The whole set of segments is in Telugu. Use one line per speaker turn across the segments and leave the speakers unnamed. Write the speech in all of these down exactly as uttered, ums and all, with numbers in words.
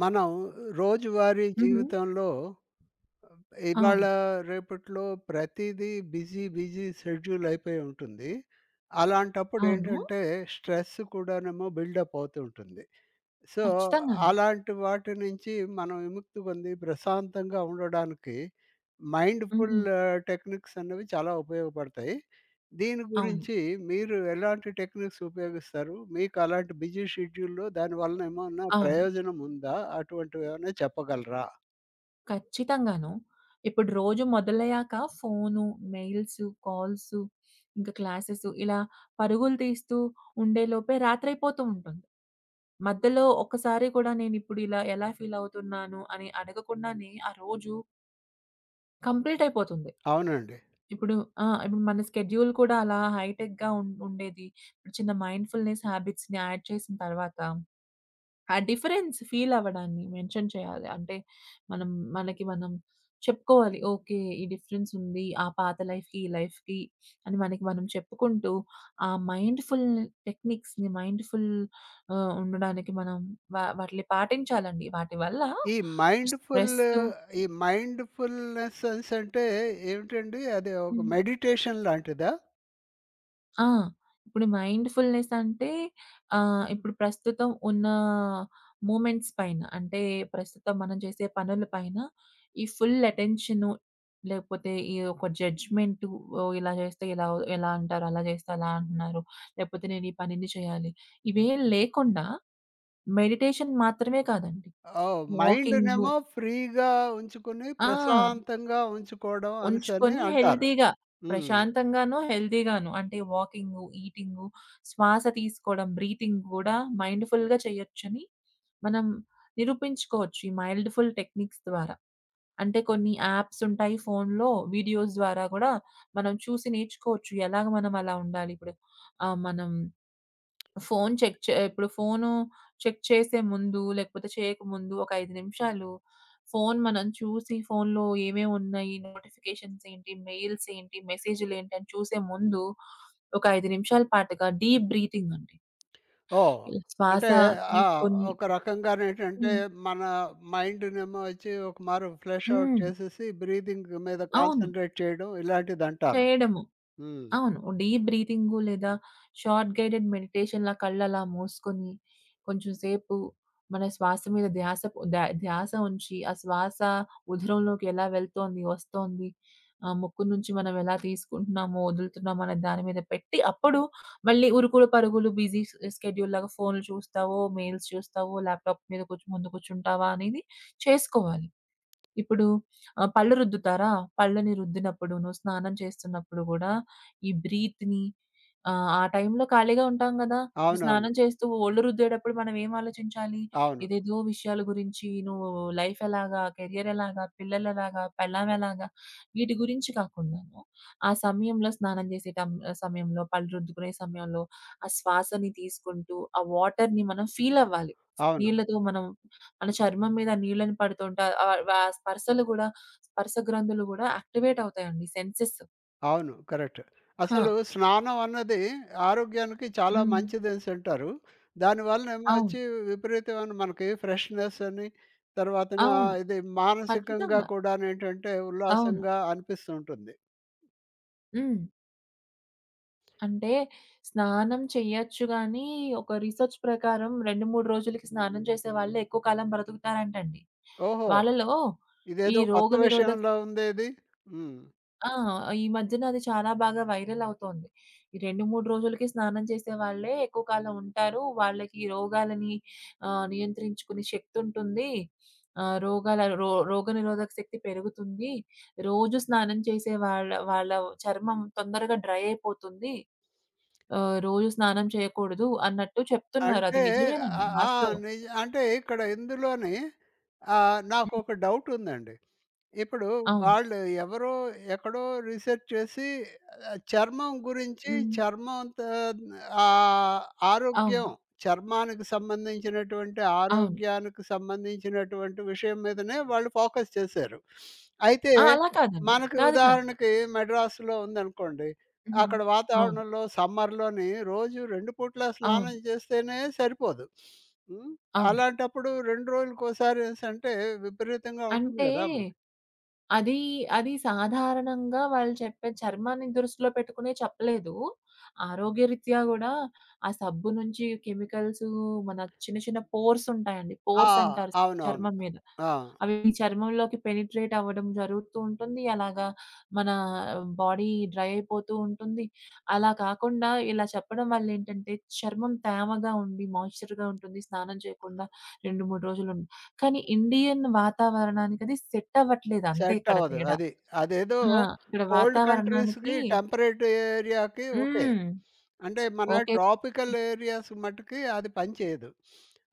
మనం రోజువారీ
హుహు.
జీవితంలో ఇవాళ
అవును.
రేపట్లో ప్రతిదీ బిజీ బిజీ షెడ్యూల్ అయిపోయి ఉంటుంది. అలాంటప్పుడు
అవును.
ఏంటంటే, స్ట్రెస్ కూడానేమో బిల్డప్ అవుతూ ఉంటుంది. సో,
ఖచ్చితంగాను.
అలాంటి వాటి నుంచి మనం విముక్తి పొంది ప్రశాంతంగా ఉండడానికి మైండ్‌ఫుల్
హుహు.
టెక్నిక్స్ అనేవి చాలా ఉపయోగపడతాయి. దీని
అవును.
గురించి మీరు ఎలాంటి టెక్నిక్స్ ఉపయోగిస్తారు? మీకు అలాంటి బిజీ షెడ్యూల్‌లో దానివలన ఏమన్నా
అవును.
ప్రయోజనం ఉందా? అటువంటివేమన్నా చెప్పగలరా?
ఖచ్చితంగాను. ఇప్పుడు రోజు మొదలయ్యాక ఫోను, మెయిల్సు, కాల్సు, ఇంకా క్లాసెసు ఇలా పరుగులు తీస్తూ ఉండేలోపే రాత్రైపోతూ ఉంటుంది. మధ్యలో ఒక్కసారి కూడా నేనిప్పుడు ఇలా ఎలా ఫీలవుతున్నాను అని అడగకుండానే ఆ రోజు కంప్లీట్ అయిపోతుంది.
అవునండి.
ఇప్పుడు ఆ! ఇప్పుడు మన స్కెడ్యూల్ కూడా అలా హైటెక్‌గా ఉం ఉండేది. ఇప్పుడు చిన్న మైండ్‌ఫుల్‌నెస్ హాబిట్స్‌ని యాడ్ చేసిన తర్వాత ఆ డిఫరెన్స్ ఫీల్ అవ్వడాన్ని మెన్షన్ చేయాలి. అంటే మనం మనకి మనం చెప్పుకోవాలి. ఓకే. ఈ డిఫరెన్స్ ఉంది. ఆ పాత లైఫ్‌కి, ఈ లైఫ్‌కి అని మనకి మనం చెప్పుకుంటూ ఆ మైండ్‌ఫుల్ టెక్నిక్స్‌ని మైండ్‌ఫుల్ ఆహ్, ఉండడానికి మనం వ వాటిని పాటించాలండి. వాటి వల్ల
ఈ
ఈ స్ట్రెస్.
మైండ్‌ఫుల్ ఈ మైండ్‌ఫుల్‌నెసెన్స్ అంటే ఏమిటండి? అది ఒక
హ్మ్.
మెడిటేషన్ లాంటిదా?
ఆ! ఇప్పుడు మైండ్‌ఫుల్‌నెస్ అంటే ఆహ్, ఇప్పుడు ప్రస్తుతం ఉన్న మూమెంట్స్ పైన అంటే ప్రస్తుతం మనం చేసే పనుల పైన ఈ ఫుల్ అటెన్షను లేకపోతే ఈ ఒక జడ్జ్‌మెంటు. ఓహ్! ఇలా చేస్తే ఇలా ఎలా అంటారు, అలా చేస్తే అలా అంటున్నారు. లేకపోతే నేను ఈ పనిని చేయాలి. ఇవేం లేకుండా మెడిటేషన్ మాత్రమే కాదండి.
ఓహ్!
వాకింగు.
మైండ్‌నేమో ఫ్రీగా ఉంచుకుని,
ఆ!
ప్రశాంతంగా ఉంచుకోవడం అనేసని
ఉంచుకొని
అంటారు.
హెల్తీగా,
హ్మ్.
ప్రశాంతంగాను, హెల్తీగాను అంటే వాకింగు, ఈటింగు, శ్వాస తీసుకోవడం, బ్రీతింగ్ గూడా మైండ్‌ఫుల్‌గా చేయొచ్చని మనం నిరూపించుకోవచ్చు ఈ మైల్డ్‌ఫుల్ టెక్నిక్స్ ద్వారా. అంటే కొన్ని యాప్స్ ఉంటాయి ఫోన్‌లో, వీడియోస్ ద్వారా గూడా మనం చూసి నేర్చుకోవచ్చు. ఎలాగ మనం అలా ఉండాలి ఇప్పుడు ఆహ్, మనం ఫోను చెక్ చే ఇప్పుడు ఫోను చెక్ చేసే ముందు, లేకపోతే చేయకముందు ఒక ఐదు నిమిషాలు ఫోను మనం చూసి, ఫోనులో ఏమేమున్నాయి, నోటిఫికేషన్స్ ఏంటి, మెయిల్స్ ఏంటి, మెసేజులేంటి అని చూసే ముందు ఒక ఐదు నిమిషాల పాటుగా డీప్ బ్రీతింగ్ అండి.
ఓహ్!
ఇలా శ్వాస
అంటే ఆ!
తీసుకొని.
ఒక రకంగానేంటంటే,
హ్మ్.
మన మైండ్‌నేమో వచ్చి ఒకమారు ఫ్లష్ ఔట్
హ్మ్.
చేసేసి, బ్రీతింగ్ మీద
అవును.
కాన్సంట్రేట్ చేయడం ఇలాంటిదంటారు.
చేయడము.
హ్మ్.
అవును. డీప్ బ్రీతింగు లేదా షార్ట్ గైడెడ్ మెడిటేషన్‌లా కళ్ళలా మూసుకొని, కొంచెం సేపు మన శ్వాస మీద ధ్యాస పొ ధ్యా ధ్యాస ఉంచి, ఆ శ్వాస ఉదరంలోకి ఎలా వెళ్తోంది, వస్తోంది, ఆహ్, ముక్కు నుంచి మనం ఎలా తీసుకుంటున్నాము, వదులుతున్నాము అనే దాని మీద పెట్టి, అప్పుడు మళ్ళీ ఉరుకులు పరుగులు బిజీ స్ స్కెడ్యూల్‌లాగా ఫోన్‌లు చూస్తావో, మెయిల్స్ చూస్తావో, ల్యాప్‌టాప్ మీద కూర్చు ముందు కూర్చుంటావా అనేది చేసుకోవాలి. ఇప్పుడు ఆహ్, పళ్ళు రుద్దుతారా? పళ్ళని రుద్దినప్పుడును, స్నానం చేస్తున్నప్పుడు గూడా ఈ బ్రీత్‌ని ఆహ్, ఆ టైంలో ఖాళీగా ఉంటాం గదా! ఇప్పుడు
అవునవును.
స్నానం చేస్తూ ఒళ్ళు రుద్దేటప్పుడు మనం ఏం ఆలోచించాలి?
అవును.
ఏదేదో విషయాల గురించి నువ్వు లైఫ్ ఎలాగా? కెరియర్ ఎలాగా? పిల్లలెలాగా? పెళ్ళాం ఎలాగా? వీటి గురించి కాకుండాను, ఆ సమయంలో స్నానం చేసే టం సమయంలో, పళ్ళు రుద్దుకునే సమయంలో, ఆ శ్వాసని తీసుకుంటూ, ఆ వాటర్‌ని మనం ఫీల్ అవ్వాలి.
అవును.
నీళ్ళతో మనం మన చర్మం మీద నీళ్ళని పడుతుంటే ఆహ్, వ స్పర్శలు గూడా, స్పర్శ గ్రంథులు గూడా యాక్టివేట్ అవుతాయండి సెన్సెస్.
అవును. కరెక్ట్.
ఆ!
అసలు స్నానం అన్నది ఆరోగ్యానికి చాలా
హ్మ్.
మంచిదనేసంటారు. దానివలనేమో
అవును.
వచ్చి విపరీతమైన మనకి ఫ్రెష్‌నెస్ అని, తర్వాతన
అవును.
ఇది మానసికంగా
ఖచ్చితంగా.
కూడానేంటంటే
అవును.
ఉల్లాసంగా అనిపిస్తూ ఉంటుంది.
హ్మ్. అంటే స్నానం చెయ్యొచ్చు గానీ, ఒక రీసెర్చ్ ప్రకారం రెండు, మూడు రోజులకి స్నానం చేసే వాళ్ళే ఎక్కువ కాలం బ్రతుకుతారంటండి.
ఓహో!
వాళ్ళలో ఈ
ఇదేదో కొత్త
రోగనిరోధక.
విషయంలా ఉందే ఇది. హ్మ్.
ఆ! ఈ మధ్యన అది చాలా బాగా వైరల్ అవుతోంది. ఈ రెండు, మూడు రోజులకి స్నానం చేసే వాళ్ళే ఎక్కువ కాలం ఉంటారు. వాళ్ళకి రోగాలని ఆహ్, నియంత్రించుకునే శక్తి ఉంటుంది. ఆహ్, రోగాల రో రోగనిరోధక శక్తి పెరుగుతుంది. రోజు స్నానం చేసే వాళ్ళ వాళ్ళ చర్మం తొందరగా డ్రై అయిపోతుంది. ఆహ్, రోజు స్నానం చేయకూడదు అన్నట్టు చెప్తున్నారు.
అంటే
అది
ఆ!
నిజమేనండి,
ఆ!
వాస్తవం.
నిజ అంటే ఇక్కడ ఇందులోని ఆహ్,
హ్మ్.
నాకొక డౌటుందండి. ఇప్పుడు
అవును.
వాళ్ళు ఎవరో ఎక్కడో రీసెర్చ్ చేసి ఆహ్, చర్మం గురించి
హ్మ్.
చర్మంతో ఆహ్,
అవును.
ఆరోగ్యం, చర్మానికి సంబంధించినటువంటి
అవును.
ఆరోగ్యానికి సంబంధించినటువంటి విషయం మీదనే వాళ్ళు ఫోకస్ చేశారు. అయితే
ఆ! అలా కాదండి.
మనకి
కాదు కాదు.
ఉదాహరణకి మెడ్రాస్‌లో ఉందనుకోండి.
హ్మ్.
అక్కడ
అవును.
వాతావరణంలో సమ్మర్‌లోని రోజు రెండు పూట్ల
అవును.
స్నానం చేస్తేనే సరిపోదు. హ్మ్.
అవును.
అలాంటప్పుడు రెండు రోజులకోసారి అనేసంటే విపరీతంగా ఉంటుంది
అంటే,
గదా! మనకి.
అది, అది సాధారణంగా వాళ్ళు చెప్పే చర్మాన్ని దృష్టిలో పెట్టుకునే చెప్పలేదు. ఆరోగ్యరీత్యా గూడా ఆ సబ్బు నుంచి కెమికల్స్, మన చిన్న, చిన్న పోర్స్ ఉంటాయండి.
ఆ!
పోర్స్ అంటారు
అవునవును.
చర్మం మీద.
ఆ!
అవి చర్మంలోకి పెనిట్రేట్ అవ్వడం జరుగుతూ ఉంటుంది. అలాగా మన బాడీ డ్రై అయిపోతూ ఉంటుంది. అలా కాకుండా ఇలా చెప్పడం వల్లేంటంటే, చర్మం తేమగా ఉండి, మాయిశ్చర్‌గా ఉంటుంది. స్నానం చేయకుండా రెండు, మూడు రోజులుం కానీ ఇండియన్ వాతావరణానికది సెట్టవ్వట్లేదు, అంతే
సెట్
ఇక్కడ
అవ్వదు
తేడా.
అది. అదేదో
ఆ! ఇక్కడ
కోల్డ్
వాతావరణానికి.
కంట్రీస్‌కి, టెంపరేట్ ఏరియాకి ఓకే.
హ్మ్.
అంటే మన
ఓకే.
ట్రాపికల్ ఏరియాస్ మట్టుకి అది పనిచేయదు.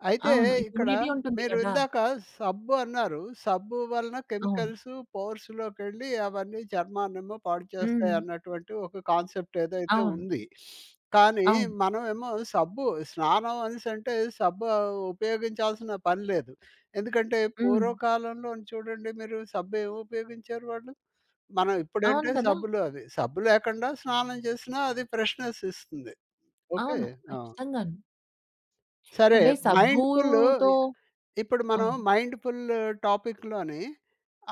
అయితే
అవును.
ఇక్కడ
హ్యూమిడిటీ ఉంటుంది
మీరు
కదా!
ఇందాక సబ్బు అన్నారు. సబ్బు వలన
అవును.
కెమికల్స్ పోర్స్‌లోకెళ్ళి అవన్నీ చర్మాన్నేమో పాడు
హ్మ్.
చేస్తాయి అన్నటువంటి ఒక కాన్సెప్ట్ ఏదైతే
అవును.
ఉంది. కానీ
అవును.
మనమేమో సబ్బు స్నానం అనేసంటే సబ్బు ఉపయోగించాల్సిన పని లేదు. ఎందుకంటే
హ్మ్.
పూర్వకాలంలోని చూడండి మీరు, సబ్బు ఏమి ఉపయోగించారు వాళ్ళు. మనం
అవును
ఇప్పుడంటే
కదా!
సబ్బులు అవి. సబ్బు లేకుండా స్నానం చేసినా అది ఫ్రెష్‌నెస్ ఇస్తుంది. ఓకే.
అవును.
ఆ!
ఖచ్చితంగాను.
సరే,
అంటే
మైండ్‌ఫుల్
సబ్బుతో.
ఇప్పుడు మనం
అవును.
మైండ్‌ఫుల్ టాపిక్‌లోని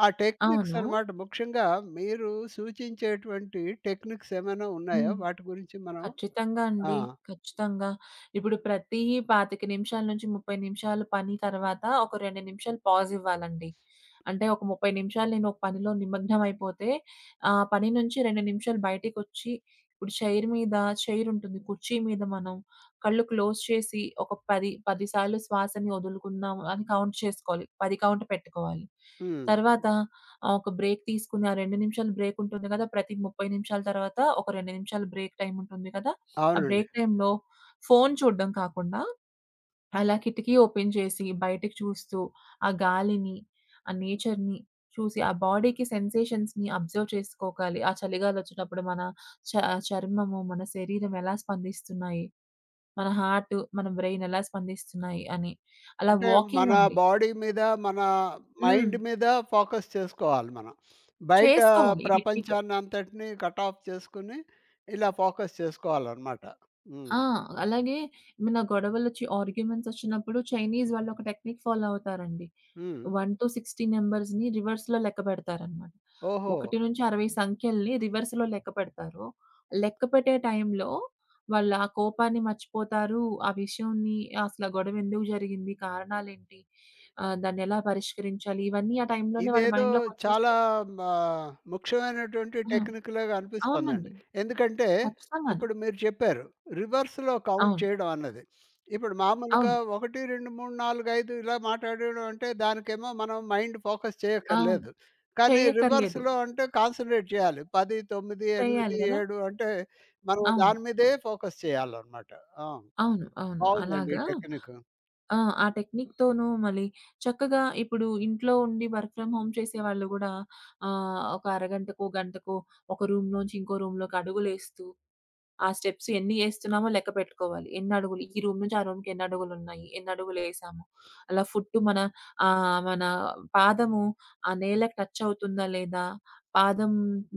ఆ టెక్నిక్స్
అవును.
అన్నమాట, ముఖ్యంగా మీరు సూచించేటువంటి టెక్నిక్స్ ఏమైనా ఉన్నాయా?
హ్మ్.
వాటి గురించి మనం
ఖచ్చితంగా
ఆ!
అండి. ఖచ్చితంగా. ఇప్పుడు ప్రతి ఇరవై ఐదు నిమిషాల నుంచి ముప్పై నిమిషాలు పని తర్వాత ఒక రెండు నిమిషాలు పాజ్ ఇవ్వాలండి. అంటే ఒక ముప్పై నిమిషాలు నేను ఒక పనిలో నిమగ్నం అయిపోతే, ఆ పని నుంచి రెండు నిమిషాలు బయటికొచ్చి, ఇప్పుడు చైర్ మీద, చైర్ ఉంటుంది. కుర్చీ మీద మనం కళ్ళు క్లోజ్ చేసి ఒక పది, పది సార్లు శ్వాసని వదులుకున్నాము అని కౌంట్ చేసుకోవాలి. పది కౌంట్ పెట్టుకోవాలి.
హ్మ్.
తర్వాత ఆ! ఒక బ్రేక్ తీసుకుని, ఆ రెండు నిమిషాలు బ్రేక్ ఉంటుంది గదా! ప్రతి ముప్పై నిమిషాల తర్వాత ఒక రెండు నిమిషాలు బ్రేక్ టైమ్ ఉంటుంది గదా! ఆ
అవునండి.
బ్రేక్ టైమ్‌లో ఫోను చూడడం కాకుండా, అలా కిటికీ ఓపెన్ చేసి బయటకి చూస్తూ, ఆ గాలిని, ఆ నేచర్‌ని చూసి, ఆ బాడీకి సెన్సేషన్స్‌ని అబ్జర్వ్ చేసుకోగలి. ఆ చలిగాలొచ్చేటప్పుడు మన చ చర్మము, మన శరీరం ఎలా స్పందిస్తున్నాయి, మన హార్ట్, మన బ్రెయిన్ ఎలా స్పందిస్తున్నాయి అని. అలా
అంటే మన
వాకింగ్ అండి.
బాడీ మీద, మన
హ్మ్.
మైండ్ మీద ఫోకస్ చేసుకోవాలి మనం. బయట
చేసుకోవాలి ఈ టెక్నిక్.
ప్రపంచాన్నంతటిని కట్ ఆఫ్ చేసుకొని, ఇలా ఫోకస్ చేసుకోవాలనమాట. హ్మ్.
ఆ! అలాగే ఏమైనా గొడవలొచ్చి ఆర్గ్యుమెంట్స్ ఒచ్చినప్పుడు చైనీస్ వాళ్ళు ఒక టెక్నిక్ ఫాలో అవుతారండి.
హ్మ్.
ఒకటి నుంచి అరవై నంబర్స్‌ని రివర్స్‌లో లెక్కపెడతారనమాట.
ఓహో!
ఒకటి నుంచి అరవై సంఖ్యల్ని రివర్స్‌లో లెక్కపెడతారు. లెక్కపెట్టే టైంలో వాళ్ళ ఆ కోపాన్ని మర్చిపోతారు. ఆ విషయంని, అసల గొడవెందుకు జరిగింది? కారణాలేంటి? ఆహ్, దాన్నెలా పరిష్కరించాలి? ఇవన్నీ ఆ టైంలోనే వాళ్ళ
ఇదేదో చాలా
మైండ్‌లోకొచ్చేస్తాయి.
మా ముఖ్యమైనటువంటి
ఆ!
టెక్నిక్‌లాగా అనిపిస్తోందండి.
అవునండి.
ఎందుకంటే,
ఖచ్చితంగాను.
ఇప్పుడు మీరు చెప్పారు రివర్స్‌లో కౌంట్
అవును.
చేయడం అన్నది. ఇప్పుడు మామూలుగా
అవును.
ఒకటి, రెండు, మూడు, నాలుగు, ఐదు ఇలా మాట్లాడడం అంటే దానికేమో మనం మైండ్ ఫోకస్
అవును.
చేయక్కర్లేదు. కానీ
చెయ్యక్కర్లేదు.
రివర్స్‌లో అంటే కాన్సంట్రేట్ చేయాలి. పది, తొమ్మిది,
చెయ్యాలి
ఎనిమిది,
గదా!
ఏడు అంటే మనం
అవును.
దాని మీదే ఫోకస్ చేయాలన్నమాట. ఆ!
అవును. అవును.
బావుందండి ఈ
అలాగా.
టెక్నిక్.
ఆ! ఆ టెక్నిక్‌తోనూ మళ్ళీ చక్కగా ఇప్పుడు ఇంట్లో ఉండి వర్క్ ఫ్రమ్ హోమ్ చేసేవాళ్ళు గూడా ఆహ్, ఒక అరగంటకో, గంటకో ఒక రూమ్ నుంచి ఇంకో రూమ్‌లోకి అడుగులేస్తూ, ఆ స్టెప్స్ ఎన్ని ఏస్తున్నామో లెక్క పెట్టుకోవాలి. ఎన్నడుగులు ఈ రూమ్ నుంచి ఆ రూమ్‌కి ఎన్నడుగులున్నాయి, ఎన్నడుగులేసాము. అలా ఫుట్టు మన ఆహ్, మన పాదము ఆ నేలకు టచ్ అవుతుందా లేదా? పాదం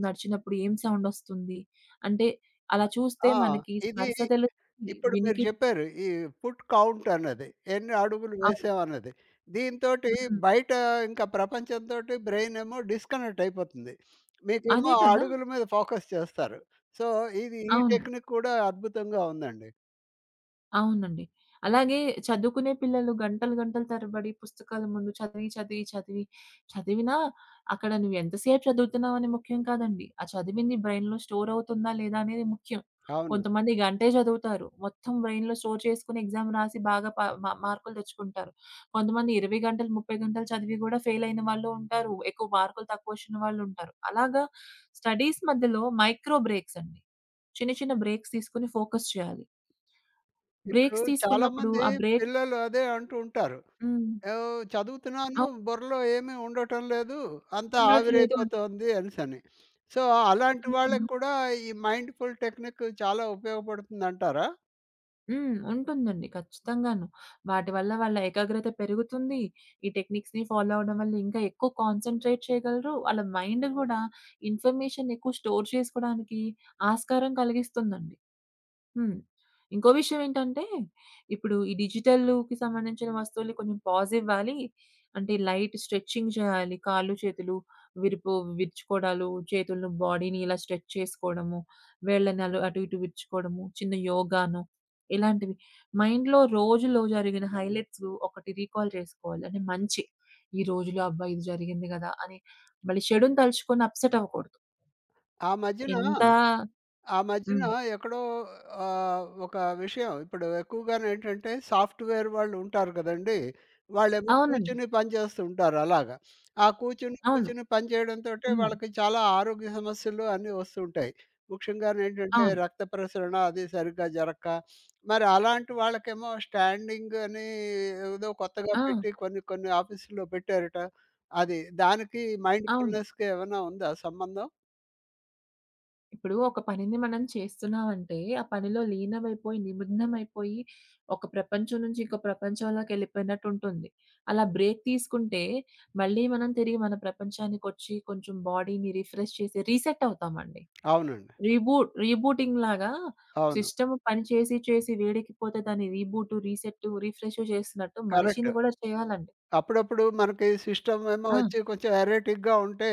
నడిచినప్పుడు ఏం సౌండొస్తుంది? అంటే అలా చూస్తే
ఆ!
మనకి
ఇది
స్పర్శ తెలుస్తుంది.
ఇప్పుడు మీరు
వినికి.
చెప్పారు ఈ ఫుట్ కౌంట్ అన్నది, ఎన్ని అడుగులు
అవును.
వేసామన్నది. దీనితోటి
హ్మ్.
బయట ఇంకా ప్రపంచంతోటి బ్రెయిన్ ఏమో డిస్కనెక్ట్ అయిపోతుంది. మీకేమో
అదే
ఆ
కదా!
అడుగుల మీద ఫోకస్ చేస్తారు. సో, ఇది ఈ
అవును.
టెక్నిక్ కూడా అద్భుతంగా ఉందండి.
అవునండి. అలాగే చదువుకునే పిల్లలు గంటలు గంటలు తరబడి పుస్తకాల ముందు చదివి, చదివి, చదివి చదివినా అక్కడ నువ్వు ఎంతసేపు చదువుతున్నావని ముఖ్యం కాదండి. ఆ చదివింది బ్రెయిన్‌లో స్టోర్ అవుతుందా లేదా అనేది ముఖ్యం.
అవును.
కొంతమంది గంటే చదువుతారు. మొత్తం బ్రెయిన్‌లో స్టోర్ చేసుకొని ఎగ్జామ్ రాసి బాగా ప మ మార్కులు తెచ్చుకుంటారు. కొంతమంది ఇరవై గంటలు, ముప్పై గంటలు చదివి కూడా ఫెయిల్ అయిన వాళ్ళు ఉంటారు. ఎక్కువ మార్కులు తక్కువ వచ్చిన వాళ్ళు ఉంటారు. అలాగా స్టడీస్ మధ్యలో మైక్రో బ్రేక్స్ అండి. చిన్న చిన్న బ్రేక్స్ తీసుకొని ఫోకస్ చేయాలి.
ఇప్పుడు
బ్రేక్స్ తీసుకున్నప్పుడు
చాలామంది
ఆ బ్రేక్.
పిల్లలు అదే అంటూ ఉంటారు.
హ్మ్.
"ఓహ్! చదువుతున్నాను.
అవును.
బుర్రలో ఏమీ ఉండటం లేదు. అంతా
ఉండట్లేదు
ఆవిరైపోతోంది" అనేసని. సో, అలాంటి
అంటున్నారు
వాళ్ళకి
కదా!
కూడా ఈ మైండ్‌ఫుల్ టెక్నిక్ చాలా ఉపయోగపడుతుందంటారా?
హ్మ్. ఉంటుందండి. ఖచ్చితంగాను. వాటి వల్ల వాళ్ళ ఏకాగ్రత పెరుగుతుంది. ఈ టెక్నిక్స్‌ని ఫాలో అవ్వడం వల్ల ఇంకా ఎక్కువ కాన్సంట్రేట్ చేయగలరు. వాళ్ళ మైండ్ గూడా ఇన్ఫర్మేషన్ ఎక్కువ స్టోర్ చేసుకోవడానికి ఆస్కారం కలిగిస్తుందండి. హ్మ్. ఇంకో విషయం ఏంటంటే, ఇప్పుడు ఈ డిజిటల్‌కి సంబంధించిన వస్తువుల్ని కొంచెం పాజ్ ఇవ్వాలి. అంటే లైట్ స్ట్రెచింగ్ చేయాలి. కాళ్ళు, చేతులు విరుపు విరుచుకోవడాలు, చేతులను బాడీని ఇలా స్ట్రెచ్ చేసుకోవడము, వేళ్ళని అలా అటు ఇటు విరుచుకోవడము, చిన్న యోగానో ఇలాంటివి. మైండ్‌లో రోజులో జరిగిన హైలైట్స్ ఒకటి రీకాల్ చేసుకోవాలి. అంటే మంచి. ఈ రోజులో అబ్బా! ఇది జరిగింది కదా! అని మళ్ళీ చెడుని తలుచుకొని అప్‌సెట్ అవ్వకూడదు.
ఆ మధ్యన
ఎంత.
ఆ మధ్యన
హ్మ్.
ఎక్కడో ఆహ్, ఒక విషయం, ఇప్పుడు ఎక్కువగానేంటంటే సాఫ్ట్‌వేర్ వాళ్ళు ఉంటారు కదండీ! వాళ్ళేమో
అవునండి.
కూర్చొని పని చేస్తూ ఉంటారు అలాగా. ఆ కూర్చొని,
అవును.
కూర్చొని పని చేయడంతోటే
హ్మ్.
వాళ్ళకి చాలా ఆరోగ్య సమస్యలు అన్నీ వస్తూ ఉంటాయి. ముఖ్యంగానేంటంటే
అవును.
రక్త ప్రసరణ అది సరిగ్గా జరక్క, మరి అలాంటి వాళ్ళకేమో స్టాండింగ్ అని ఏదో కొత్తగా
ఆ!
పెట్టి కొన్ని, కొన్ని ఆఫీసుల్లో పెట్టారట. అది, దానికి
అవును.
మైండ్‌ఫుల్‌నెస్‌కి ఏమన్నా ఉందా సంబంధం?
ఇప్పుడు ఒక పనిని మనం చేస్తున్నామంటే, ఆ పనిలో లీనమైపోయి, నిమగ్నమైపోయి, ఒక ప్రపంచం నుంచి ఇంకో ప్రపంచంలోకెళ్ళిపోయినట్టుంటుంది. అలా బ్రేక్ తీసుకుంటే, మళ్ళీ మనం తిరిగి మన ప్రపంచానికొచ్చి, కొంచెం బాడీని రిఫ్రెష్ చేసి రీసెట్ అవుతామండి.
అవునండి.
రీబూట్ రీబూటింగ్ లాగా
అవును.
సిస్టమ్ పని చేసి, చేసి వేడెక్కిపోతే దాన్ని రీబూటు, రీసెట్టు, రిఫ్రెషు చేస్తున్నట్టు
కరెక్ట్.
మనిషిని గూడా చేయాలండి.
అప్పుడప్పుడు మనకి సిస్టమ్ ఏమో వచ్చి
ఆ!
కొంచెం ఎరేటిక్‌గా ఉంటే,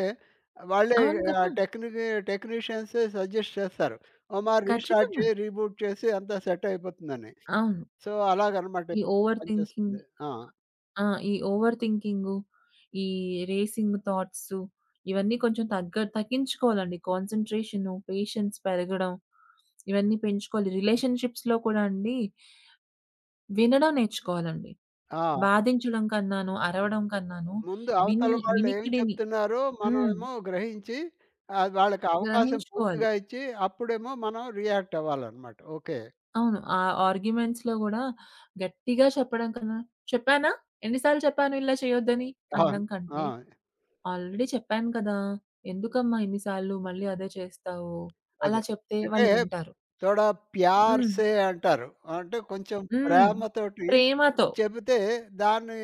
వాళ్ళే
అవును కదా!
ఆహ్, టెక్నిక్ టెక్నీషియన్సే సజెస్ట్ చేస్తారు. ఒమా రీస్టార్ట్
ఖచ్చితంగా.
చేయి, రీబూట్ చేసి అంతా సెట్ అయిపోతుందని.
అవును.
సో, అలాగనమాట
ఈ ఓవర్ థింకింగ్.
పనిచేస్తుంది. ఆ!
ఆ! ఈ ఓవర్ థింకింగు, ఈ రేసింగ్ థాట్సు ఇవన్నీ కొంచెం తగ్గ తగ్గించుకోవాలండి. కాన్సంట్రేషను, పేషెన్స్ పెరగడం ఇవన్నీ పెంచుకోవాలి. రిలేషన్‌షిప్స్‌లో కూడా అండి వినడం నేర్చుకోవాలండి.
ఆ!
వాదించడం కన్నాను, అరవడం కన్నాను
ముందు
విని
అవతల వాళ్ళు ఏం
వినికిడిని.
చెప్తున్నారో
హ్మ్.
మనమేమో గ్రహించి, ఆహ్, వాళ్ళకి అవకాశం
గ్రహించుకోవాలి.
పూర్తిగా ఇచ్చి, అప్పుడేమో మనం రియాక్ట్ అవ్వాలనమాట. ఓకే.
అవును. ఆ ఆర్గ్యుమెంట్స్‌లో గూడా గట్టిగా చెప్పడం కన్నా, "చెప్పానా? ఎన్ని సార్లు చెప్పాను ఇలా చేయొద్దని"
అవును.
అనడం
ఆ!
కంటే, ఆల్రెడీ చెప్పాను కదా! ఎందుకమ్మా ఇన్ని సార్లు మళ్ళీ అదే చేస్తావు? అలా
అదే.
చెప్తే
అంటే
వాళ్ళు వింటారు.
తోడా ప్యార్
హ్మ్.
సే అంటారు. అంటే కొంచెం
హ్మ్.
ప్రేమతోటి
ప్రేమతో
చెబితే దాని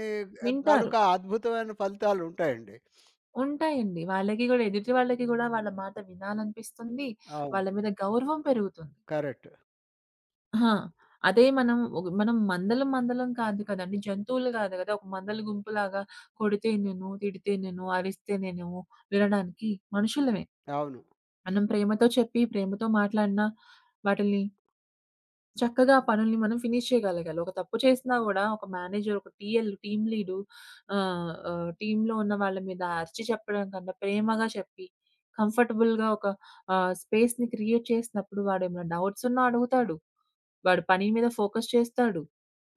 వింటారు.
తాలూకా అద్భుతమైన ఫలితాలుంటాయండి.
ఉంటాయండి. వాళ్ళకి గూడా, ఎదుటి వాళ్ళకి గూడా వాళ్ళ మాట వినాలనిపిస్తుంది.
అవును.
వాళ్ళ మీద గౌరవం పెరుగుతుంది.
కరెక్ట్.
ఆ! అదే మనం ఒక మనం మందలం మందలం కాదు కదండీ. జంతువులు కాదు కదా! ఒక మందల గుంపులాగా కొడితే నేను, తిడితే నేను, అరిస్తే నేను వినడానికి మనుషులమే.
అవును.
మనం ప్రేమతో చెప్పి, ప్రేమతో మాట్లాడినా వాటిల్ని చక్కగా ఆ పనుల్ని మనం ఫినిష్ చేయగలగాలి. ఒక తప్పు చేసినా గూడా ఒక మేనేజర్, ఒక టీఎల్, టీమ్ లీడు ఆహ్, ఆహ్, టీమ్‌లో ఉన్న వాళ్ళ మీద అరిచి చెప్పడం కన్నా ప్రేమగా చెప్పి, కంఫర్టబుల్‌గా ఒక ఆహ్, స్పేస్‌ని క్రియేట్ చేసినప్పుడు వాడేమైనా డౌట్స్ ఉన్నా అడుగుతాడు. వాడు పని మీద ఫోకస్ చేస్తాడు.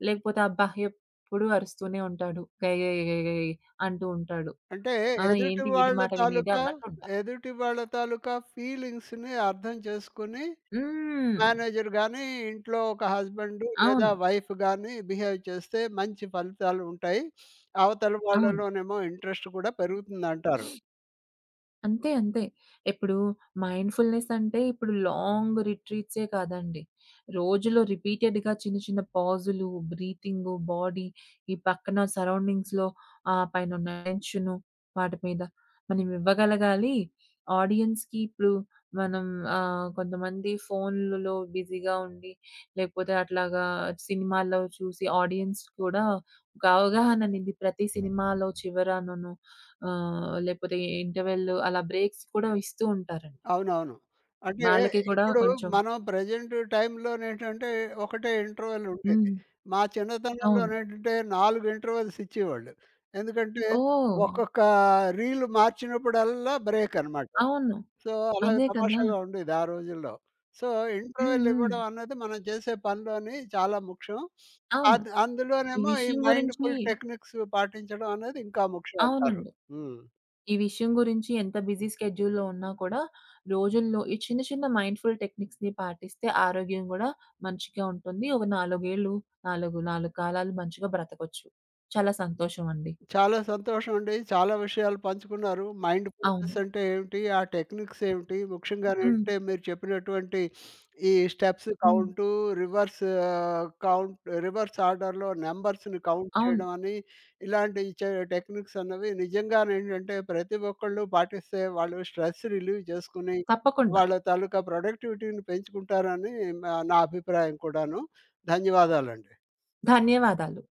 లేకపోతే అబ్బా! ఎప్పుడు అరుస్తూనే ఉంటాడు. గయ్ గయ్ గయ్ గయ్ అంటూ ఉంటాడు.
అంటే
ఆ!
ఎదుటి
ఏంటి వీడి
వాళ్ళ
మాట వినేది
తాలూకా,
అన్నట్టుంటారు.
ఎదుటి వాళ్ళ తాలూకా ఫీలింగ్స్‌ని అర్థం చేసుకొని
హ్మ్.
మేనేజర్ గాని, ఇంట్లో ఒక హస్బెండ్ లేదా
అవును.
వైఫ్ గాని బిహేవ్ చేస్తే మంచి ఫలితాలుంటాయి. అవతల
అవును.
వాళ్ళలోనేమో ఇంట్రెస్ట్ కూడా పెరుగుతుందంటారు.
అంతే. అంతే. ఇప్పుడు మైండ్‌ఫుల్‌నెస్ అంటే ఇప్పుడు లాంగ్ రిట్రీట్సే కాదండి. రోజులో రిపీటెడ్‌గా చిన్న చిన్న పాజులు, బ్రీతింగు, బాడీ, ఈ పక్కన సరౌండింగ్స్‌లో ఆహ్, పైనున్న టెన్షను వాటి మీద మనం ఇవ్వగలగాలి. ఆడియన్స్‌కి ఇప్పుడు మనం ఆహ్, కొంతమంది ఫోన్‌లలో బిజీగా ఉండి లేకపోతే అట్లాగా సినిమాల్లో చూసి ఆడియన్స్ కూడా ఒక అవగాహన అనేది ప్రతి సినిమాలో చివరనను ఆహ్, లేపోతే ఇంటర్వెల్ అలా బ్రేక్స్ కూడా ఇస్తూ ఉంటారండి.
అవునవును. అంటే
వాళ్ళకి కూడా
ఇప్పుడు
కొంచెం.
మనం ప్రెజెంట్ టైంలోనేంటంటే ఒకటే ఇంటర్వెల్ ఉండేది.
హ్మ్.
మా
అవును.
చిన్నతనంలోనేంటంటే నాలుగు ఇంటర్వెల్స్ ఇచ్చేవాళ్ళు. ఎందుకంటే
ఓహ్!
ఒక్కొక్క రీల్ మార్చినప్పుడల్లా బ్రేక్ అనమాట.
అవును.
సో, అలాగే
అదే కదా!
తమాషాగా ఉండేది ఆ రోజుల్లో. సో,
హ్మ్.
ఇంటర్వెల్
హ్మ్.
ఇవ్వడం అన్నది మనం చేసే పనిలోని చాలా ముఖ్యం.
అవును.
అద్
ఈ
అందులోనేమో ఈ
విషయం గురించి.
మైండ్‌ఫుల్ టెక్నిక్స్ పాటించడం అనేది ఇంకా ముఖ్యం అంటారు.
అవునండి.
హ్మ్.
ఈ విషయం గురించి ఎంత బిజీ స్కెడ్యూల్‌లో ఉన్నా కూడా రోజుల్లో ఈ చిన్న చిన్న మైండ్‌ఫుల్ టెక్నిక్స్‌ని పాటిస్తే ఆరోగ్యం గూడా మంచిగా ఉంటుంది. ఒక నాలుగు ఏళ్ళు నాలుగు, నాలుగు కాలాలు మంచిగా బ్రతకొచ్చు. చాలా సంతోషం అండి.
చాలా సంతోషం అండి. చాలా విషయాలు పంచుకున్నారు. మైండ్
అవును.
ఫుల్‌నెస్ అంటే ఏమిటి? ఆ టెక్నిక్స్ ఏమిటి?
హ్మ్.
ముఖ్యంగానంటే మీరు చెప్పినటువంటి ఈ స్టెప్స్
హ్మ్.
కౌంటు, రివర్స్ ఆహ్, కౌంట్, రివర్స్ ఆర్డర్‌లో నంబర్స్‌ని కౌంట్
అవును.
చేయడం అని ఇలాంటి చే టెక్నిక్స్ అన్నవి నిజంగానేంటంటే ప్రతి ఒక్కళ్ళు పాటిస్తే వాళ్ళు స్ట్రెస్ రిలీవ్ చేసుకుని
తప్పకుండా.
వాళ్ళ తాలూకా ప్రొడక్టివిటీని పెంచుకుంటారని మ నా అభిప్రాయం కూడాను. ధన్యవాదాలండి.
ధన్యవాదాలు.